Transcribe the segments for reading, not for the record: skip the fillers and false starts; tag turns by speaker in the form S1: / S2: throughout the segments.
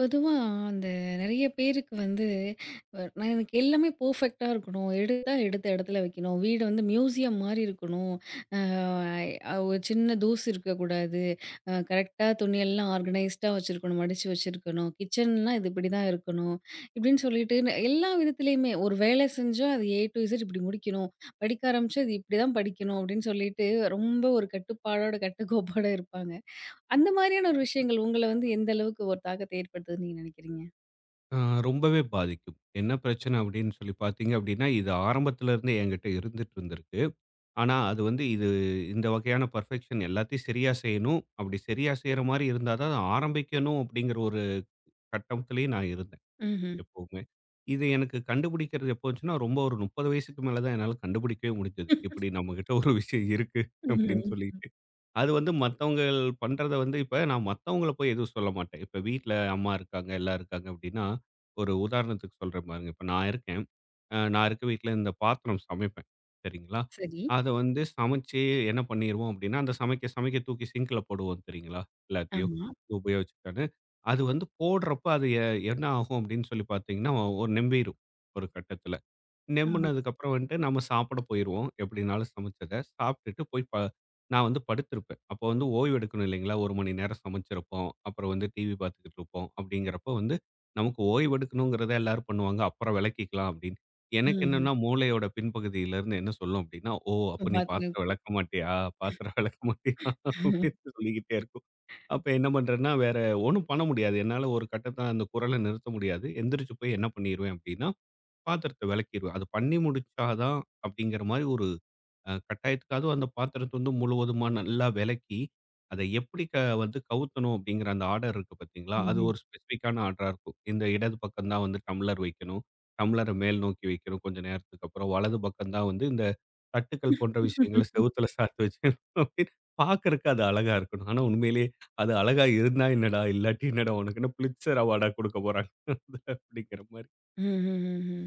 S1: பொதுவா அந்த நெறைய பேருக்கு வந்து நான் எனக்கு எல்லாமே பெர்ஃபெக்ட்டா இருக்கணும். எடுத்தா எடுத்த இடத்துல வைக்கணும். வீடு வந்து மியூசியம் மாரி இருக்கணும். அ அ ஒரு சின்ன தூசு இருக்கக்கூடாது. கரெக்ட்டா துணியெல்லாம் ஆர்கனைஸ்டா வச்சிருக்கணும். மடிச்சு வச்சிருக்கணும். கிச்சன்னா இது இப்படிதான் இருக்கணும். இப்படின்னு சொல்லிட்டு எல்லா விதத்துலயுமே ஒரு வேலை செஞ்சா அது ஏ டூ இசட் இப்படி முடிக்கணும். படிக்க ஆரம்பிச்சா இது இப்படிதான் படிக்கணும் அப்படின்னு சொல்லிட்டு ரொம்ப ஒரு கட்டுப்பாடோட, கட்டுக்கோப்போட இருப்பாங்க. அந்த மாரியான ஒரு விஷயங்கள் உங்கள வந்து எந்த அளவுக்கு ஒரு தாக்கத்த ஏற்படுத்துதுன்னு நீங்க நினைக்கிறீங்க?
S2: ஆ, ரொம்பவே பாதிக்கும். என்ன பிரச்சனை அப்படின்னு சொல்லி பார்த்தீங்க அப்படின்னா, இது ஆரம்பத்துல இருந்தே என்கிட்ட இருந்துட்டு இருந்திருக்கு. ஆனா, அது வந்து இந்த வகையான பெர்ஃபெக்ஷன் எல்லாத்தையும் சரியா செய்யணும். அப்படி சரியா செய்ற மாரி இருந்தா தான், அத ஆரம்பிக்கணும் அப்படிங்கிற ஒரு கட்டத்திலேயே நான் இருந்தேன்.
S1: ம்ஹ்ம்.
S2: எப்பவுமே. இது எனக்கு கண்டுபிடிக்கிறது எப்போ வந்துச்சுன்னா, ரொம்ப ஒரு 30 வயசுக்கு மேல தான் என்னால கண்டுபிடிக்கவே முடிஞ்சது. இப்படி நம்மகிட்ட ஒரு விஷயம் இருக்கு அப்படின்னு
S1: ம்.
S2: சொல்லிட்டு. அது வந்து மத்தவங்கள் பண்றத வந்து இப்ப நான் மத்தவங்கள போய் எதுவும் சொல்ல மாட்டேன். இப்ப வீட்ல அம்மா இருக்காங்க, எல்லாம் இருக்காங்க அப்படின்னா, ஒரு உதாரணத்துக்கு சொல்றேன் பாருங்க. இப்ப நான் இருக்கேன். நான் இருக்க வீட்ல இந்த பாத்திரம் சமைப்பேன். சரிங்களா?
S1: சரி.
S2: அத வந்து சமைச்சு என்ன பண்ணிருவோம் அப்படின்னா, அந்த சமைக்க சமைக்க தூக்கி சிங்க்ல போடுவோம் தெரியுங்களா? எல்லாத்தையும்
S1: ஆமா.
S2: உபயோகிச்சு அது வந்து போடுறப்ப அது என்ன ஆகும் அப்படின்னு சொல்லி பார்த்தீங்கன்னா, ஒரு நிம்பிரும் ஒரு கட்டத்தில.
S1: ஆ.
S2: நிம்முனதுக்கப்புறம் வந்துட்டு நம்ம சாப்பிட போயிருவோம். எப்படினாலும் சமைச்சத. சாப்பிட்டுட்டு போய், நான் வந்து படுத்திருப்பேன். அப்போ வந்து ஓய்வு எடுக்கணும் இல்லைங்களா? 1 மணி நேரம் சமைச்சிருப்போம். அப்புறம் வந்து டிவி பார்த்துக்கிட்டு இருப்போம். அப்படிங்கிறப்போ வந்து நமக்கு ஓய்வு எடுக்கணுங்கிறத எல்லாரும் பண்ணுவாங்க. அப்புறம் விளக்கிக்கலாம் அப்படின்னு. எனக்கு
S1: ம்.
S2: என்னன்னா மூளையோட பின்பகுதியிலேருந்து என்ன சொல்லும் அப்படின்னா, "ஓ! அப்ப நீ
S1: பாத்துட்டு
S2: பாத்திரம்
S1: இருக்கு.
S2: விளக்க மாட்டியா? பாத்திரம் விளக்க மாட்டியா?"
S1: ம்ஹ்ம்.
S2: அப்படின்னு சொல்லிக்கிட்டே இருக்கும். அப்ப என்ன பண்றேன்னா, வேற ஒண்ணும் பண்ண முடியாது. என்னால ஒரு கட்டத்தில அந்த குரல நிறுத்த முடியாது. எந்திரிச்சு போய் என்ன பண்ணிருவேன் அப்படின்னா பாத்திரத்த விளக்கிருவேன். அது பண்ணி முடிச்சா தான் அப்படிங்கிற மாரி ஒரு கட்டாயத்துக்கு அதுவும் அந்த பாத்திரத்த வந்து முழுவதுமா நல்லா விளக்கி, அத எப்படி வந்து கவுத்தணும் அப்படிங்கிற அந்த ஆர்டர் இருக்கு பார்த்தீங்களா? அது
S1: ம்ஹ்ம்.
S2: ஒரு ஸ்பெசிஃபிக்கான ஆர்டரா இருக்கும். இந்த இடது பக்கம் தான் வந்து டம்ளர் வைக்கணும். டம்ளர மேல் நோக்கி வைக்கணும் கொஞ்ச நேரத்துக்கு அப்புறம். வலது பக்கம் தான் வந்து இந்த தட்டுக்கள் போன்ற விஷயங்கள செவுத்துல சாத்து வச்சுக்கணும் அப்படின்னு பார்க்கறக்கு அது அழகா இருக்கணும். ஆனா உண்மையிலேயே அது அழகா இருந்தா என்னடா? இல்லாட்டி என்னடா உனக்குன்னு பிளிட்சர் அவார்டா குடுக்க போறாங்க. அதுல அப்படிங்கிற மாரி.
S1: ம்ஹ்ஹ்ம்.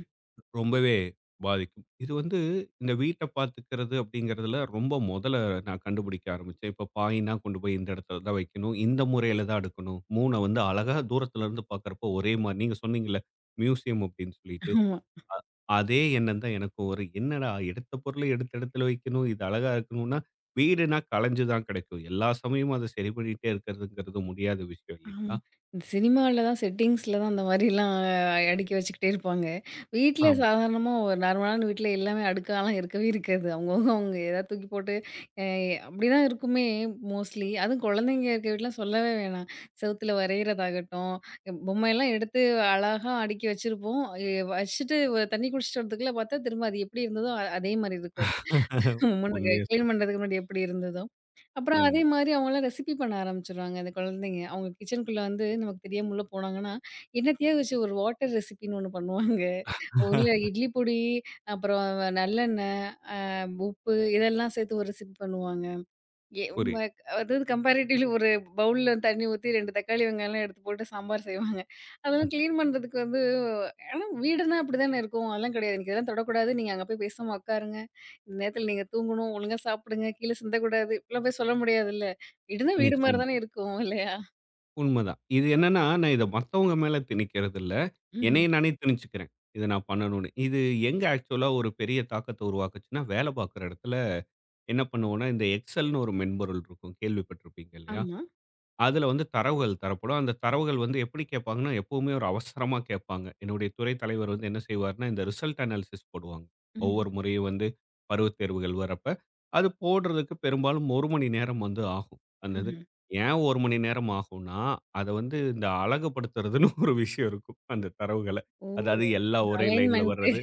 S2: ரொம்பவே பாதிக்கும். இது வந்து இந்த வீட்ட பார்த்துக்கிறது அப்படிங்கிறதுல ரொம்ப முதல்ல நான் கண்டுபிடிக்க ஆரம்பிச்சேன். இப்ப பாயின்னா கொண்டு போய் இந்த இடத்துல தான் வைக்கணும். இந்த முறையில தான் அடுக்கணும். மூண வந்து அழகா தூரத்துல இருந்து பார்க்கறப்போ ஒரே மாரி நீங்க சொன்னீங்கல்ல, மியூசியம் அப்படின்னு சொல்லிட்டு.
S1: ஆமா.
S2: அதே எண்ணம் தான் எனக்கும் வரும். என்னடா எடுத்த பொருள எடுத்த இடத்துல வைக்கணும். இது அழகா இருக்கணும்னா, வீடுனா கலைஞ்சு தான் கிடைக்கும். எல்லா சமயமும் அத சரி பண்ணிட்டே இருக்கிறதுங்கிறது முடியாத விஷயம்
S1: ஆமா.
S2: இல்லைங்களா?
S1: இந்த சினிமால தான் செட்டிங்ஸ்ல தான் அந்த மாரிலாம் அடுக்கி வச்சுக்கிட்டே இருப்பாங்க. வீட்ல
S2: ஆமா.
S1: சாதாரணமா ஒரு நார்மலான வீட்ல எல்லாமே அடுக்காலாம் இருக்கவே இருக்காது. அவங்க ஏதாவது தூக்கி போட்டு அ அப்படிதான் இருக்குமே மோஸ்ட்லி. அதுவும் குழந்தைங்க இருக்க வீட்லாம் சொல்லவே வேணாம். செவுத்துல வரையிறதாகட்டும், பொம்மையெல்லாம் எடுத்து அழகா அடுக்கி வச்சிருப்போம். வச்சுட்டு தண்ணி குடிச்சிட்டு வரதுக்குள்ள பார்த்தா திரும்ப அது எப்படி இருந்ததோ அதே மாரி இருக்கும். முன்னுக்கு
S2: உண்மையா
S1: கிளீன்
S2: சொன்னீங்க.
S1: பண்றதுக்கு முன்னாடி எப்படி இருந்ததோ, அப்புறம் அதே
S2: ம்.
S1: மாரி அவங்கலாம் ரெசிபி பண்ண ஆரம்பிச்சுடுறாங்க அந்த குழந்தைங்க. அவங்க கிச்சனுக்குள்ள வந்து நமக்கு தெரியாம உள்ள போனாங்கன்னா, என்னத்தையோ வச்சு ஒரு வாட்டர் ரெசிபின்னு ஒண்ணு பண்ணுவாங்க. உள்ள இட்லி பொடி, அப்புறம் நல்லெண்ணெய், உப்பு இதெல்லாம் சேர்த்து ஒரு ரெசிபி பண்ணுவாங்க. எ உம்ம
S2: புரியுது.
S1: அதாவது கம்பேரிட்டிவ்லி ஒரு பவுல்ல தண்ணி ஊத்தி 2 தக்காளி, வெங்காயம்லாம் எடுத்து போட்டு சாம்பார் செய்வாங்க. அதெல்லாம் கிளீன் பண்றதுக்கு வந்து ஆனா வீடுனா அப்படிதானே இருக்கும். அதெல்லாம் கிடையாது. "இன்னைக்கு இதெல்லாம் தொடக்கூடாது. நீங்க அங்க போய் பேசாம உட்காருங்க. இந்த நேரத்துல நீங்க தூங்கணும். ஒழுங்கா சாப்பிடுங்க. கீழ சிந்தக்கூடாது." இப்படிலாம் போய் சொல்ல முடியாதுல்ல. வீடுனா வீடு மாரி
S2: நிச்சயமா.
S1: தானே இருக்கும் இல்லையா?
S2: உண்மதான். இது என்னன்னா, நான் இத மத்தவங்க மேல திணிக்கிறது இல்ல.
S1: ம்ஹ்ம்.
S2: என்னைய நானே திணிச்சுக்கிறேன். இத நான் பண்ணணும்னு. இது எங்க ஆக்சுவலா ஒரு பெரிய தாக்கத்த உருவாக்குச்சுன்னா, வேலை பார்க்குற இடத்துல என்ன பண்ணுவோம்னா, இந்த எக்ஸெல்ன்னு ஒரு மென்பொருள் இருக்கும். கேள்விப்பட்டிருப்பீங்க இல்லையா?
S1: ஆமா.
S2: அதுல வந்து தரவுகள் தரப்படும். அந்த தரவுகள் வந்து எப்படி கேட்பாங்கன்னா, எப்பவுமே ஒரு அவசரமா கேட்பாங்க. என்னுடைய துறை தலைவர் வந்து என்ன செய்வாருன்னா, இந்த ரிசல்ட் அனாலிசிஸ் போடுவாங்க.
S1: ம்ஹ்ம்,
S2: ஒவ்வொரு முறையும் வந்து பருவத் தேர்வுகள் வரப்ப. அது போடுறதுக்கு பெரும்பாலும் 1 மணி நேரம் வந்து ஆகும். அந்த இது.
S1: ம்ஹ்ம்.
S2: ஏன் 1 மணி நேரம் ஆகும்னா, அத வந்து இந்த அழகுபடுத்துறதுன்னு ஒரு விஷயம் இருக்கும். அந்த தரவுகள.
S1: ஓ!
S2: அதாவது எல்லாம்
S1: அந்த
S2: ஒரே லைன்ல
S1: அலைன்மென்ட்டு
S2: வர்றது.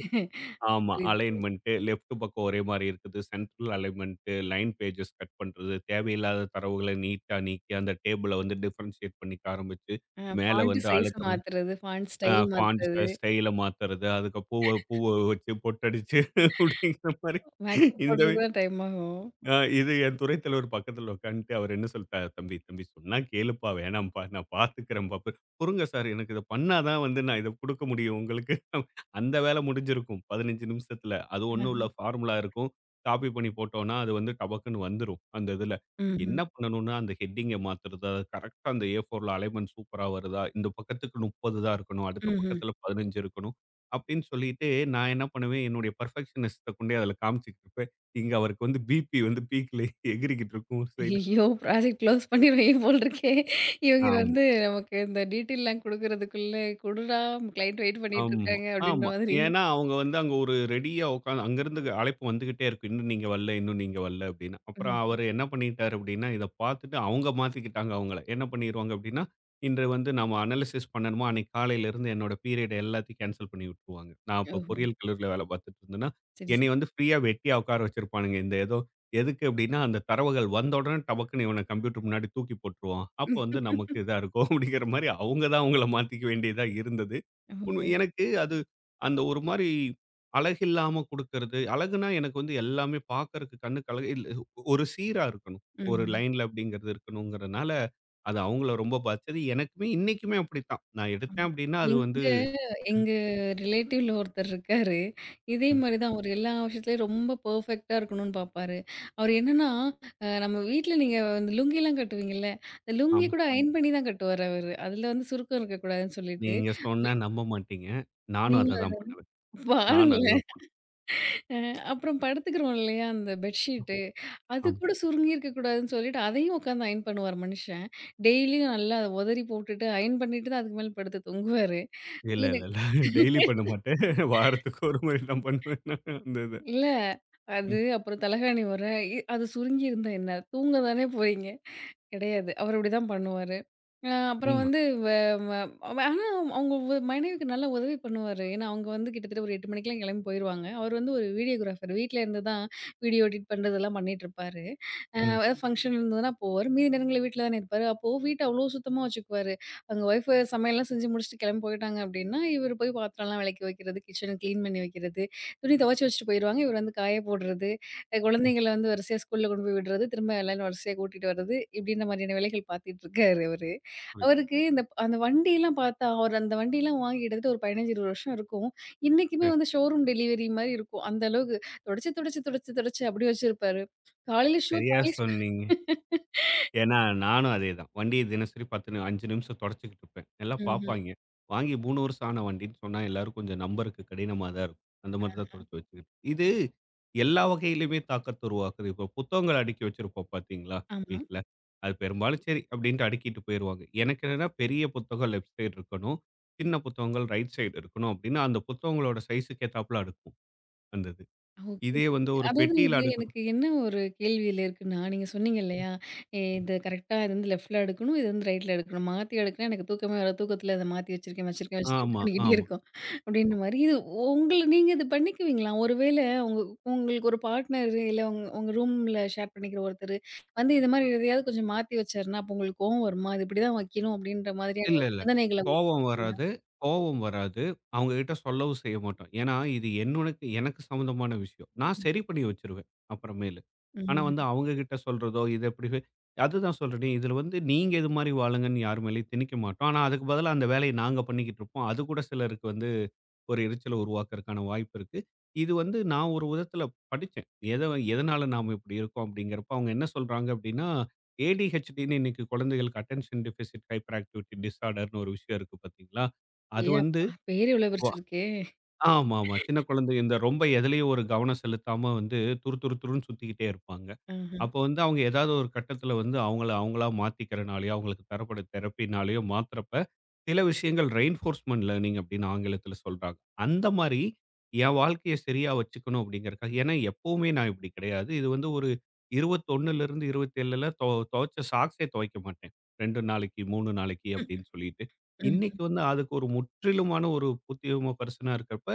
S2: ஆமா.
S1: புரியுது.
S2: அலைன்மென்ட்டு லெஃப்ட் பக்கம் ஒரே மாரி இருக்குது. Central alignment, line pages cut பண்றது, தேவையில்லாத தரவுகள நீட்டா நீக்கி, அந்த டேபிள வந்து டிஃபரன்ஷியேட் பண்ணிக்க ஆரம்பிச்சு, மேல
S1: ஃபாண்ட்
S2: வந்து
S1: சைஸ்
S2: அழுத்தம்
S1: மாத்துறது, ஃபாண்ட்
S2: அ
S1: ஸ்டைல்
S2: ஃபாண்ட் ச
S1: மாத்துறது,
S2: ஸ்டைல மாத்துறது, அதுக்கு பூவ பூவ வச்சு பொட்டடிச்சு அப்படிங்கிற மாரி
S1: மேக்கப்
S2: இந்த
S1: போடுறதுதான் டைம் ஆகும்.
S2: இது என் துறை தலைவர் பக்கத்துல உட்காந்துட்டு அவர் என்ன சொல்லிட்டாரு, "தம்பி, தம்பி சொன்னா கேளுப்பா, வேணாம்ப்பா, நான் பார்த்துக்கிறேன் பாப்பா." "பொறுங்க சார், எனக்கு இத பண்ணா தான் வந்து நான் இத குடுக்க முடியும் உங்களுக்கு." அந்த வேலை முடிஞ்சிருக்கும் 15 நிமிஷத்துல. அது ஒண்ணும்
S1: ஆஹ.
S2: இல்ல, ஃபார்முலா இருக்கும். காப்பி பண்ணி போட்டோம்னா, அது வந்து டபக்குன்னு வந்துரும் அந்த இதுல.
S1: ம்ஹ்ம்,
S2: என்ன பண்ணணும்னா, அந்த ஹெட்டிங்க மாத்துறதா, கரெக்ட்டா அந்த ஏ4ல அலைன்மென்ட் சூப்பரா வருதா, இந்த பக்கத்துக்கு 30 தான் இருக்கணும், அடுத்த
S1: ம்ஹ்ம்.
S2: பக்கத்துல 15 இருக்கணும், அப்படின்னு சொல்லிட்டு நான் என்ன பண்ணுவேன், என்னுடைய பெர்ஃபெக்ஷனிஸத்த கொண்டே அதுல காமிச்சுக்கிட்டு இங்க அவருக்கு வந்து வந்து பீக்ல எகிறிக்கிட்டு இருக்கும் ஒரு சைடு.
S1: ஐயய்யோ! ப்ராஜெக்ட் க்ளோஸ் பண்ணிருவீங்க போல இருக்கே! இவங்க
S2: ஆமா.
S1: வந்து நமக்கு இந்த டீட்டெயில்லாம் குடுக்குறதுக்குள்ள, "குடுடா கிளையண்ட் வெயிட் பண்ணிட்டு
S2: ஆமா,
S1: இருக்காங்க" அப்படின்ற
S2: ஆமா.
S1: மாதிரி.
S2: ஏன்னா அவங்க வந்து அங்க ஒரு ரெடியா உட்காந்து அங்கருந்து அழைப்பு வந்துகிட்டே இருக்கு. இன்னும் நீங்க வரல, இன்னும் நீங்க வரல அப்படின்னு. அப்புறம்
S1: ம்.
S2: அவரு என்ன பண்ணிட்டாரு அப்படின்னா, இத பார்த்துட்டு அவங்க மாத்திக்கிட்டாங்க அவங்கள. என்ன பண்ணிருவாங்க அப்படின்னா, இன்று வந்து நாம அனாலிசிஸ் பண்ணணுமா, அன்னைக்கு காலையில இருந்து என்னோட பீரியட் எல்லாத்தையும் கேன்சல் பண்ணி விட்டுருவாங்க. நான் அப்ப
S1: ஓஹோ!
S2: பொறியியல் கல்லூரியில வேலை பார்த்துட்டு இருந்தேன்னா,
S1: சரி, சரி.
S2: என்னைய வந்து ஃப்ரீயா வெட்டியா உட்கார வச்சிருப்பானுங்க. இந்த ஏதோ எதுக்கு அப்படின்னா, அந்த தரவுகள் வந்த உடனே டபக்குன்னு இவன கம்ப்யூட்டர் முன்னாடி தூக்கி போட்டுருவோம். அப்ப வந்து நமக்கு இதா இருக்கும் அப்படிங்கிற மாரி அவங்க தான் அவங்கள மாத்திக்க வேண்டியதா இருந்தது. உண்மை.
S1: ஓஹோ!
S2: எனக்கு அது அந்த ஒரு மாரி அழகில்லாம குடுக்கறது. அழகுனா எனக்கு வந்து எல்லாமே பார்க்கறக்கு கண்ணுக்கு அழகு இல்ல ஒரு சீரா இருக்கணும். ஒரு
S1: ம்.
S2: லைன்ல அப்படிங்கிறது இருக்கணுங்கிறனால, அது அவங்கள ரொம்ப பாதிச்சது. எனக்குமே இன்னைக்குமே அப்படித்தான். நான்
S1: ஆமா.
S2: எடுத்தேன் அப்படின்னா, அது வந்து
S1: எங்க எங்க ரிலேட்டிவ்ல ஒருத்தர் இருக்காரு. இதே
S2: ம்.
S1: மாரி தான் அவரு எல்லா விஷயத்துலயும் ரொம்ப பெர்ஃபெக்ட்டா இருக்கணும்னு பார்ப்பாரு. அவரு என்னன்னா, நம்ம வீட்ல நீங்க வந்து லுங்கிலாம் கட்டுவீங்கல்ல, அந்த லுங்கி
S2: ஆமா.
S1: கூட அயர்ன் பண்ணி தான் கட்டுவாரு அவரு. அதுல வந்து சுருக்கம் இருக்கக்கூடாதுன்னு சொல்லிட்டு,
S2: நீங்க சொன்னா நம்ப மாட்டீங்க. நானும்
S1: நீங்களும்
S2: அததான் பண்ணுவேன்.
S1: அத
S2: நானும்
S1: பாருங்களேன்!
S2: அதுதான் பண்ணுவேன்.
S1: அ அப்புறம் படுத்துக்கிறோம் இல்லையா, அந்த பெட்ஷீட்டு. அது
S2: ஆமா.
S1: கூட சுருங்கி இருக்கக்கூடாதுன்னு சொல்லிட்டு, அதையும் உட்காந்து அயர்ன் பண்ணுவாரு மனுஷன். டெய்லியும் நல்லா அத உதறி போட்டுட்டு, அயர்ன் பண்ணிட்டு தான் அதுக்கு மேல படுத்து தூங்குவாரு.
S2: இல்ல, இல்ல,
S1: எனக்கு
S2: இல்ல. டெய்லி பண்ண மாட்டேன். வாரத்துக்கு ஒரு முறை தான் பண்ணுவேன். நான் அந்த இத.
S1: இல்ல.
S2: ம்.
S1: அது அப்புறம் தலகாணி உறை. அது சுருங்கி இருந்தா என்ன? தூங்க தானே போறீங்க. கிடையாது. அவரு இப்படிதான் பண்ணுவாரு. அ அப்புறம் ம்.
S2: உண்ம.
S1: வந்து வ வ அவ- ஆனா அவங்க மனைவிக்கு நல்லா உதவி பண்ணுவாரு. ஏன்னா, அவங்க வந்து கிட்டத்தட்ட ஒரு 8 மணிக்கெல்லாம் கிளம்பி போயிருவாங்க. அவர் வந்து ஒரு வீடியோகிராஃபர். வீட்ல இருந்து தான் வீடியோ எடிட் பண்றதெல்லாம் பண்ணிட்டுருப்பாரு.
S2: ம்,
S1: ஏதாவது ஃபங்ஷன் இருந்ததுன்னா போவாரு. மீதி நேரங்கள்ல வீட்ல தானே இருப்பாரு. அப்போ வீட்ட அவ்ளோ சுத்தமா வச்சுக்குவாரு. அவங்க ஒய்ஃப் சமையல்லாம் செஞ்சு முடிச்சுட்டு கிளம்பி போயிட்டாங்க அப்படின்னா, இவர் போய் பாத்திரம்லாம் விளக்கி வைக்கிறது, கிச்சன கிளீன் பண்ணி வைக்கிறது, துணி துவைச்சு வச்சுட்டு போயிருவாங்க. இவர் வந்து காய போடுறது.
S2: ம்.
S1: குழந்தைங்கள வந்து வரிசையா ஸ்கூல்ல கொண்டு போய் விடுறது, திரும்ப எல்லாரும் வரிசையா கூட்டிட்டு வர்றது, இப்படின்ற மாதிரியான வேலைகள் பார்த்துட்டுருக்காரு அவரு.
S2: புரியுது.
S1: அவருக்கு இந்த அந்த வண்டியெல்லாம் பார்த்தா, அவர் அந்த வண்டியெல்லாம் வாங்கி கிட்டத்தட்ட ஒரு 15, 20 வருஷம் இருக்கும். இன்னைக்குமே
S2: சரி.
S1: வந்து ஷோரூம் டெலிவரி மாரி இருக்கும். அந்த அளவுக்கு தொடச்சு, தொடச்சு, தொடச்சு, தொடச்சு அப்படி வச்சிருப்பாரு. காலையில ஷூ
S2: சரியா
S1: பாலிஷ்
S2: சொன்னீங்க. ஏன்னா, நானும் அதேதான். வண்டிய தினசரி 10 நி 5 நிமிஷம் தொடச்சுக்கிட்டு இருப்பேன். எல்லாம்
S1: ம்ஹ்ம்.
S2: பார்ப்பாய்ங்க. வாங்கி 3 வருஷம் ஆன வண்டின்னு சொன்னா, எல்லாரும் கொஞ்சம் நம்புறக்கு கடினமா தான் இருக்கும். அந்த மாரி தான் தொடச்சு வச்சுக்கிட்டு இது எல்லா வகையிலயுமே தாக்கத்த உருவாக்குது. இப்போ புத்தகங்கள் அடுக்கி வச்சிருப்போம் பார்த்தீங்களா,
S1: ஆமா.
S2: வீட்ல. அது பெரும்பாலும் சரி அப்படின்ட்டு அடுக்கிட்டு போயிருவாங்க. எனக்கு என்னன்னா பெரிய புத்தகம் லெஃப்ட் சைடு இருக்கணும். சின்ன புத்தகங்கள் ரைட் சைடு இருக்கணும் அப்படின்னு அந்த புத்தகங்களோட சைஸ்க்கு ஏத்தாப்புல அடுக்குவோம், அந்த இது.
S1: ஓகே.
S2: இதே வந்து ஒரு
S1: அதாவது இது
S2: பெட்டியில அடுக்கணும்
S1: எனக்கு என்ன ஒரு கேள்வியில இருக்குன்னா, நீங்க சொன்னீங்க இல்லையா? இது கரெக்ட்டா இது வந்து லெஃப்ட்ல எடுக்கணும். இது வந்து ரைட்ல எடுக்கணும். மாத்தி எடுக்கனா எனக்கு தூக்கமே வராது. தூக்கத்துல அத மாத்தி வச்சிருக்கேன், வச்சிருக்கேன், வச்சிருக்கேன்னு
S2: ஆமா,
S1: பண்ணிக்கிட்டே
S2: ஆமா.
S1: இருக்கும். அப்டின்ற மாரி இது உங்கள நீங்க இது பண்ணிக்குவீங்களா? ஒருவேள உங்க உங்களுக்கு ஒரு பார்ட்னர் இல்ல உங்க உங்க ரூம்ல ஷேர் பண்ணிக்கிற ஒருத்தரு வந்து இது மாரி எதையாவது கொஞ்சம் மாத்தி வச்சாருன்னா, அப்போ உங்களுக்கு கோவம் வருமா? இது இப்டிதான் வைக்கணும் அப்டின்ற மாதிரியான
S2: இல்ல,
S1: ஒரு
S2: இல்ல.
S1: நிபந்தனைகள
S2: கோவம் வராது கோவம் வராது. அவங்க கிட்ட சொல்லவும் செய்ய மாட்டோம். ஏன்னா, இது எனக்கு சம்மந்தமான விஷயம். நான் சரி பண்ணி வச்சுருவேன், அப்புறமேலு. ஆனா
S1: ம்.
S2: வந்து அவங்க கிட்ட சொல்றதோ, இது எப்படி வே- அதுதான் சொல்றேனே, இதுல வந்து நீங்க இது மாரி வாழுங்கன்னு யார் மேலயும் திணிக்க மாட்டோம். ஆனா, அதுக்கு பதிலா அந்த வேலைய நாங்க பண்ணிக்கிட்டு இருப்போம். அது கூட சிலருக்கு வந்து ஒரு எரிச்சல உருவாக்குறதுக்கான வாய்ப்பு இருக்கு. இது வந்து நான் ஒரு விதத்தில படிச்சேன். எத எதனால நாம இப்படி இருக்கோம் அப்படிங்கிறப்ப, அவங்க என்ன சொல்றாங்க அப்படின்னா, ADHDன்னு இன்னைக்கு குழந்தைகளுக்கு அட்டென்ஷன் டெஃபிசிட் ஹைப்பர் ஆக்டிவிட்டி டிஸார்டர்ன்னு ஒரு விஷயம் இருக்கு பார்த்தீங்களா? அது
S1: ஏ
S2: வந்து
S1: அப்பா! பேரு இவ்ளோ பெருசு இருக்கே!
S2: ஆமாமா. சின்ன குழந்தை இந்த ரொம்ப எதுலயும் ஒரு கவனம் செலுத்தாம வந்து துரு துரு துருன்னு சுத்திக்கிட்டே இருப்பாங்க.
S1: ஆஹ.
S2: அப்ப வந்து அவங்க ஏதாவது ஒரு கட்டத்துல வந்து அவங்கள அவங்களா மாத்திக்கிறனாலயோ, அவங்களுக்கு தரப்பட தெரப்பினாலயோ மாத்துறப்ப, சில விஷயங்கள் ரெயின்ஃபோர்ஸ்மென்ட் லர்னிங் அப்படின்னு ஆங்கிலத்துல சொல்றாங்க. அந்த மாரி என் வாழ்க்கைய சரியா வச்சுக்கணும் அப்படிங்கிறக்காக ஏன்னா எப்பவுமே நான் இப்படி கிடையாது. இது வந்து ஒரு 21லிருந்து 27ல துவைச்ச சாக்ஸே துவைக்க மாட்டேன். 2 நாளைக்கு, 3 நாளைக்கு அப்படின்னு சொல்லிட்டு.
S1: ம்.
S2: இன்னைக்கு வந்து அதுக்கு ஒரு முற்றிலுமான ஒரு புத்தியும பர்சனா இருக்கிறப்ப,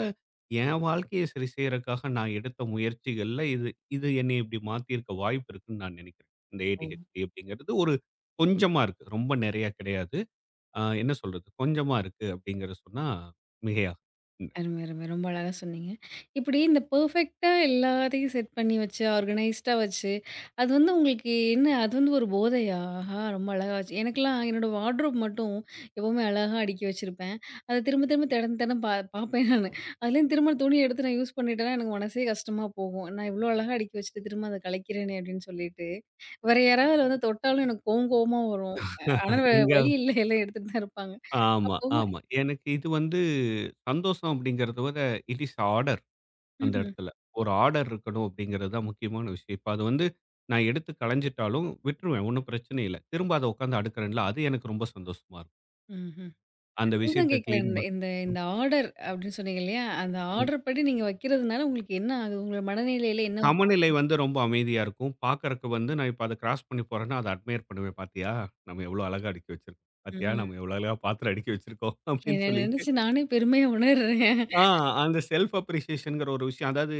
S2: என் வாழ்க்கைய சரி செய்றக்காக நான் எடுத்த முயற்சிகள்ல இது இது என்னைய இப்படி மாத்தியிருக்க வாய்ப்பு இருக்குன்னு நான் நினைக்கிறேன். இந்த
S1: ஓ!
S2: ADHD அப்படிங்கிறது ஒரு கொஞ்சமா இருக்கு. ரொம்ப நிறையா கிடையாது. என்ன சொல்றது? கொஞ்சமா இருக்கு அப்படிங்கிறத சொன்னா மிகையாகும்.
S1: அருமை, அருமை. ரொம்ப அழகா சொன்னீங்க. இப்படி இந்த பெர்ஃபெக்ட்டா எல்லாத்தையும் செட் பண்ணி வச்சு, ஆர்கனைஸ்டா வச்சு, அது வந்து உங்களுக்கு என்ன அது வந்து ஒரு போதையா? ஆஹா! ரொம்ப அழகா வச்சு எனக்கெல்லாம் என்னோட வார்ட்ரோப் மட்டும் எப்பவுமே அழகா அடுக்கி வச்சிருப்பேன். அத திரும்ப திரும்ப திடம் திடம் பா பார்ப்பேன் நானு. அதுலயும் திரும்ப துணி எடுத்து நான் யூஸ் பண்ணிட்டேன்னா, எனக்கு மனசே கஷ்டமா போகும். நான் இவ்ளோ அழகா அடுக்கி வச்சுட்டு திரும்ப அத கலைக்கிறேனே அப்படின்னு சொல்லிட்டு. வேற யாராவது அத வந்து தொட்டாலும் எனக்கு கோவம் கோவமா வரும். ஆனா,
S2: இங்க
S1: வழி இல்ல எல்லாம் எடுத்துட்டு தான் இருப்பாங்க.
S2: ஆமா,
S1: அப்போ
S2: ஆமா. எனக்கு இது வந்து சந்தோஷம் அப்படிங்கிறத விட இட் இஸ் ஆர்டர் அந்த
S1: ம்ஹ்ம்.
S2: இடத்துல. ஒரு ஆர்டர் இருக்கணும் அப்படிங்கிறது தான் முக்கியமான விஷயம். இப்ப அது வந்து நான் எடுத்து களைஞ்சிட்டாலும் விட்டுருவேன். ஒண்ணும் பிரச்சனை இல்ல. திரும்ப அத உட்கார்ந்து அடுக்குறேன்ல, அது எனக்கு ரொம்ப சந்தோஷமா இருக்கும்.
S1: ம்ஹ்ம்.
S2: அந்த
S1: அதுதான்
S2: விஷயத்த
S1: கேட்கிறேன்.
S2: கிளீன்
S1: இந்த
S2: பண்
S1: இந்த
S2: ம்,
S1: இந்த ஆர்டர் அப்படின்னு சொன்னீங்க இல்லையா? அந்த
S2: ம்.
S1: ஆர்டர் படி நீங்க வைக்கிறதுனால உங்களுக்கு என்ன ஆகுது? உங்க மனநிலையில என்ன ஒரு-
S2: சமநிலை வந்து ரொம்ப அமைதியா இருக்கும். பார்க்கறக்கு வந்து நான் இப்ப அத கிராஸ் பண்ணி போறேன்னா, அத அட்மையர் பண்ணுவேன். "பாத்தியா? நம்ம எவ்வளோ அழகா அடுக்கி வச்சிருக்கோம். பாத்தியா?
S1: ம்.
S2: நம்ம எவ்வளோ அழகா பாத்திரம் அடுக்கி வச்சிருக்கோம்." அப்படின்னு
S1: என்ன
S2: சொல்லிட்டு
S1: நினைச்சு நானே பெருமையா உணர்றேன்.
S2: ஆ அந்த செல்ஃப் அப்ரிசியேஷன்ங்கிற ஒரு விஷயம். அதாவது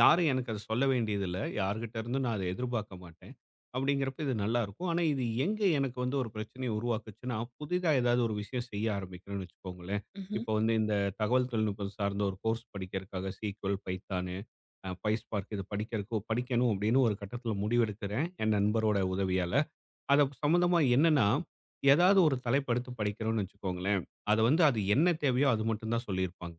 S2: யாரும் எனக்கு அத சொல்ல வேண்டியதில்ல. யார்கிட்ட இருந்தும் நான் அத எதிர்பார்க்க மாட்டேன். அப்படிங்கிறப்ப இது நல்லாருக்கும். ஆனா இது எங்க எனக்கு வந்து ஒரு பிரச்சனைய உருவாக்குச்சுன்னா, புதிதா ஏதாவது ஒரு விஷயம் செய்ய ஆரம்பிக்கிறேன்னு வச்சுக்கோங்களேன்.
S1: ம்ஹ்ம்.
S2: இப்போ வந்து இந்த தகவல் தொழில்நுட்பம் சார்ந்த ஒரு கோர்ஸ் படிக்கிறதுக்காக SQL, பைத்தானு, PySpark இது படிக்கிறக்கு படிக்கணும் அப்படின்னு ஒரு கட்டத்தில முடிவெடுக்கிறேன். என் நண்பரோட உதவியால. அது சம்மந்தமா என்னன்னா, ஏதாவது ஒரு தலைப்பு எடுத்து படிக்கிறோம்னு வச்சுக்கோங்களேன். அத வந்து அது என்ன தேவையோ அது மட்டும் தான் சொல்லியிருப்பாங்க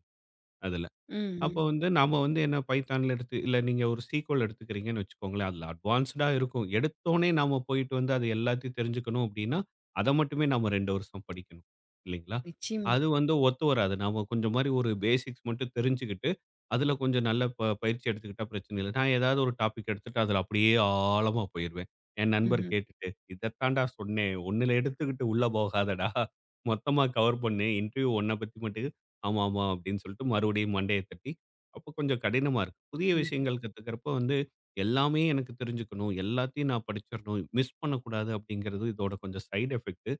S2: அதுல.
S1: ம்,
S2: அப்போ
S1: ம்.
S2: வந்து நாம வந்து என்ன பைத்தான்ல எடுத்து இல்ல நீங்க ஒரு சீக்வல் எடுத்துக்கிறீங்கன்னு வச்சுக்கோங்களேன். அதுல அட்வான்ஸ்டா இருக்கும். எடுத்தோனே நாம போயிட்டு வந்து அது எல்லாத்தையும் தெரிஞ்சுக்கணும் அப்படின்னா, அத மட்டுமே நாம 2 வருஷம் படிக்கணும். இல்லைங்களா?
S1: நிச்சயமா.
S2: அது வந்து ஒத்து வராது. நாம கொஞ்சம் மாரி ஒரு பேசிக்ஸ் மட்டும் தெரிஞ்சுக்கிட்டு, அதுல கொஞ்சம் நல்ல பயிற்சி எடுத்துக்கிட்டா பிரச்சனை இல்ல. நான் ஏதாவது ஒரு டாபிக் எடுத்துட்டு அதுல அப்படியே ஆழமா போயிருவேன். என் நண்பர்
S1: ம்ஹ்ம்.
S2: கேட்டுட்டு, "இதத்தான்டா சொன்னேன். ஒண்ணுல எடுத்துக்கிட்டு உள்ள போகாதடா. மொத்தமா கவர் பண்ணு. இன்டர்வியூ உன்ன பத்தி மட்டும்" ஆமா, ஆமா அப்படின்னு சொல்லிட்டு மறுபடியும் மண்டைய தட்டி, அப்போ கொஞ்சம் கடினமா இருக்கு. புதிய
S1: ம்.
S2: விஷயங்கள் கத்துக்கிறப்போ வந்து, எல்லாமே எனக்கு தெரிஞ்சுக்கணும். எல்லாத்தையும் நான் படிச்சிரணும். மிஸ் பண்ணக்கூடாது அப்படிங்கிறது இதோட கொஞ்சம் சைட் எஃபெக்ட்.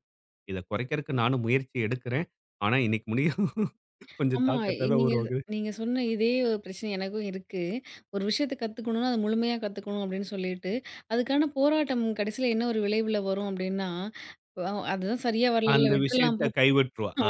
S2: இத குறைக்கிறக்கு நானும் முயற்சி எடுக்கிறேன். ஆனா இன்னைக்கு முடியும் கொஞ்சம்
S1: ஆமா.
S2: தாக்கத்த
S1: இ-
S2: தான்
S1: நீங்க
S2: உருவாக்குது.
S1: நீங்க சொன்ன இதே ஒரு பிரச்சனை எனக்கும் இருக்கு. ஒரு விஷயத்த கத்துக்கணும்னா, அத முழுமையா கத்துக்கணும் அப்படின்னு சொல்லிட்டு, அதுக்கான போராட்டம் கடைசியில என்ன ஒரு விளைவுல வரும் அப்படின்னா, அதுதான் சரியா வரல
S2: அந்த
S1: விட்டுறலாம் போ
S2: விஷயத்த கைவிட்டுருவோம்.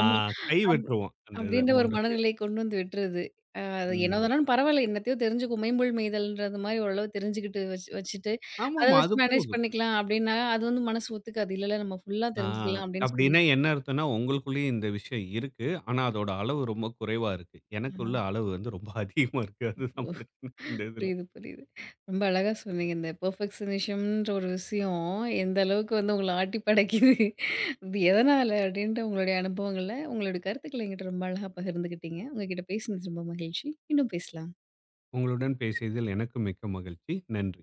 S1: அப்
S2: கைவிட்டுருவோம். அந்த
S1: அப்டின்ற ஒரு
S2: இத.
S1: மனநிலை கொண்டு வந்து விட்டுருது. அது
S2: ம்.
S1: என்னதானாலும் பரவால்ல, என்னத்தையோ தெரிஞ்சுக்கோ மேம்பொருள் மெய்தல்ன்றது மாரி ஓரளவு தெரிஞ்சுக்கிட்டு வச்சு வச்சுட்டு, அத
S2: ஆமாமா.
S1: வச்சு
S2: அது
S1: மேனேஜ்
S2: போதும்.
S1: பண்ணிக்கலாம் அப்டின்னா, அது வந்து மனசு ஒத்துக்காது. இல்லல்ல நம்ம ஃபுல்லா
S2: ஆ,
S1: தெரிஞ்சுக்கலாம் அப்டின்னு
S2: அப்படின்னா
S1: சொல்லிட்டு
S2: என்ன அர்த்தம்னா, உங்களுக்குள்ளயும் இந்த விஷயம் இருக்கு. ஆனா, அதோட அளவு ரொம்ப குறைவா இருக்கு. எனக்கு
S1: ஆமா.
S2: உள்ள அளவு வந்து ரொம்ப அதிகமா இருக்கு. அதுதான்
S1: ஓ
S2: பிரச்சனை இந்த இதுல.
S1: புரியுது, புரியுது. ரொம்ப அழகா சொன்னீங்க. இந்த பெர்ஃபெக்ஷனிசம்ன்ற ஒரு விஷயம் எந்த அளவுக்கு வந்து உங்கள ஆட்டி படைக்குது. அது எதனால அப்டின்ட்டு உங்களுடைய அனுபவங்கள, உங்களுடைய கருத்துக்கள என்கிட்ட ரொம்ப அழகா பகிர்ந்துக்கிட்டீங்க. உங்ககிட்ட பேசினது ரொம்ப மகிழ்ச்சி. இன்னும் பேசலாம்.
S2: உங்களுடன் பேசியதில் எனக்கு மிக்க மகிழ்ச்சி. நன்றி.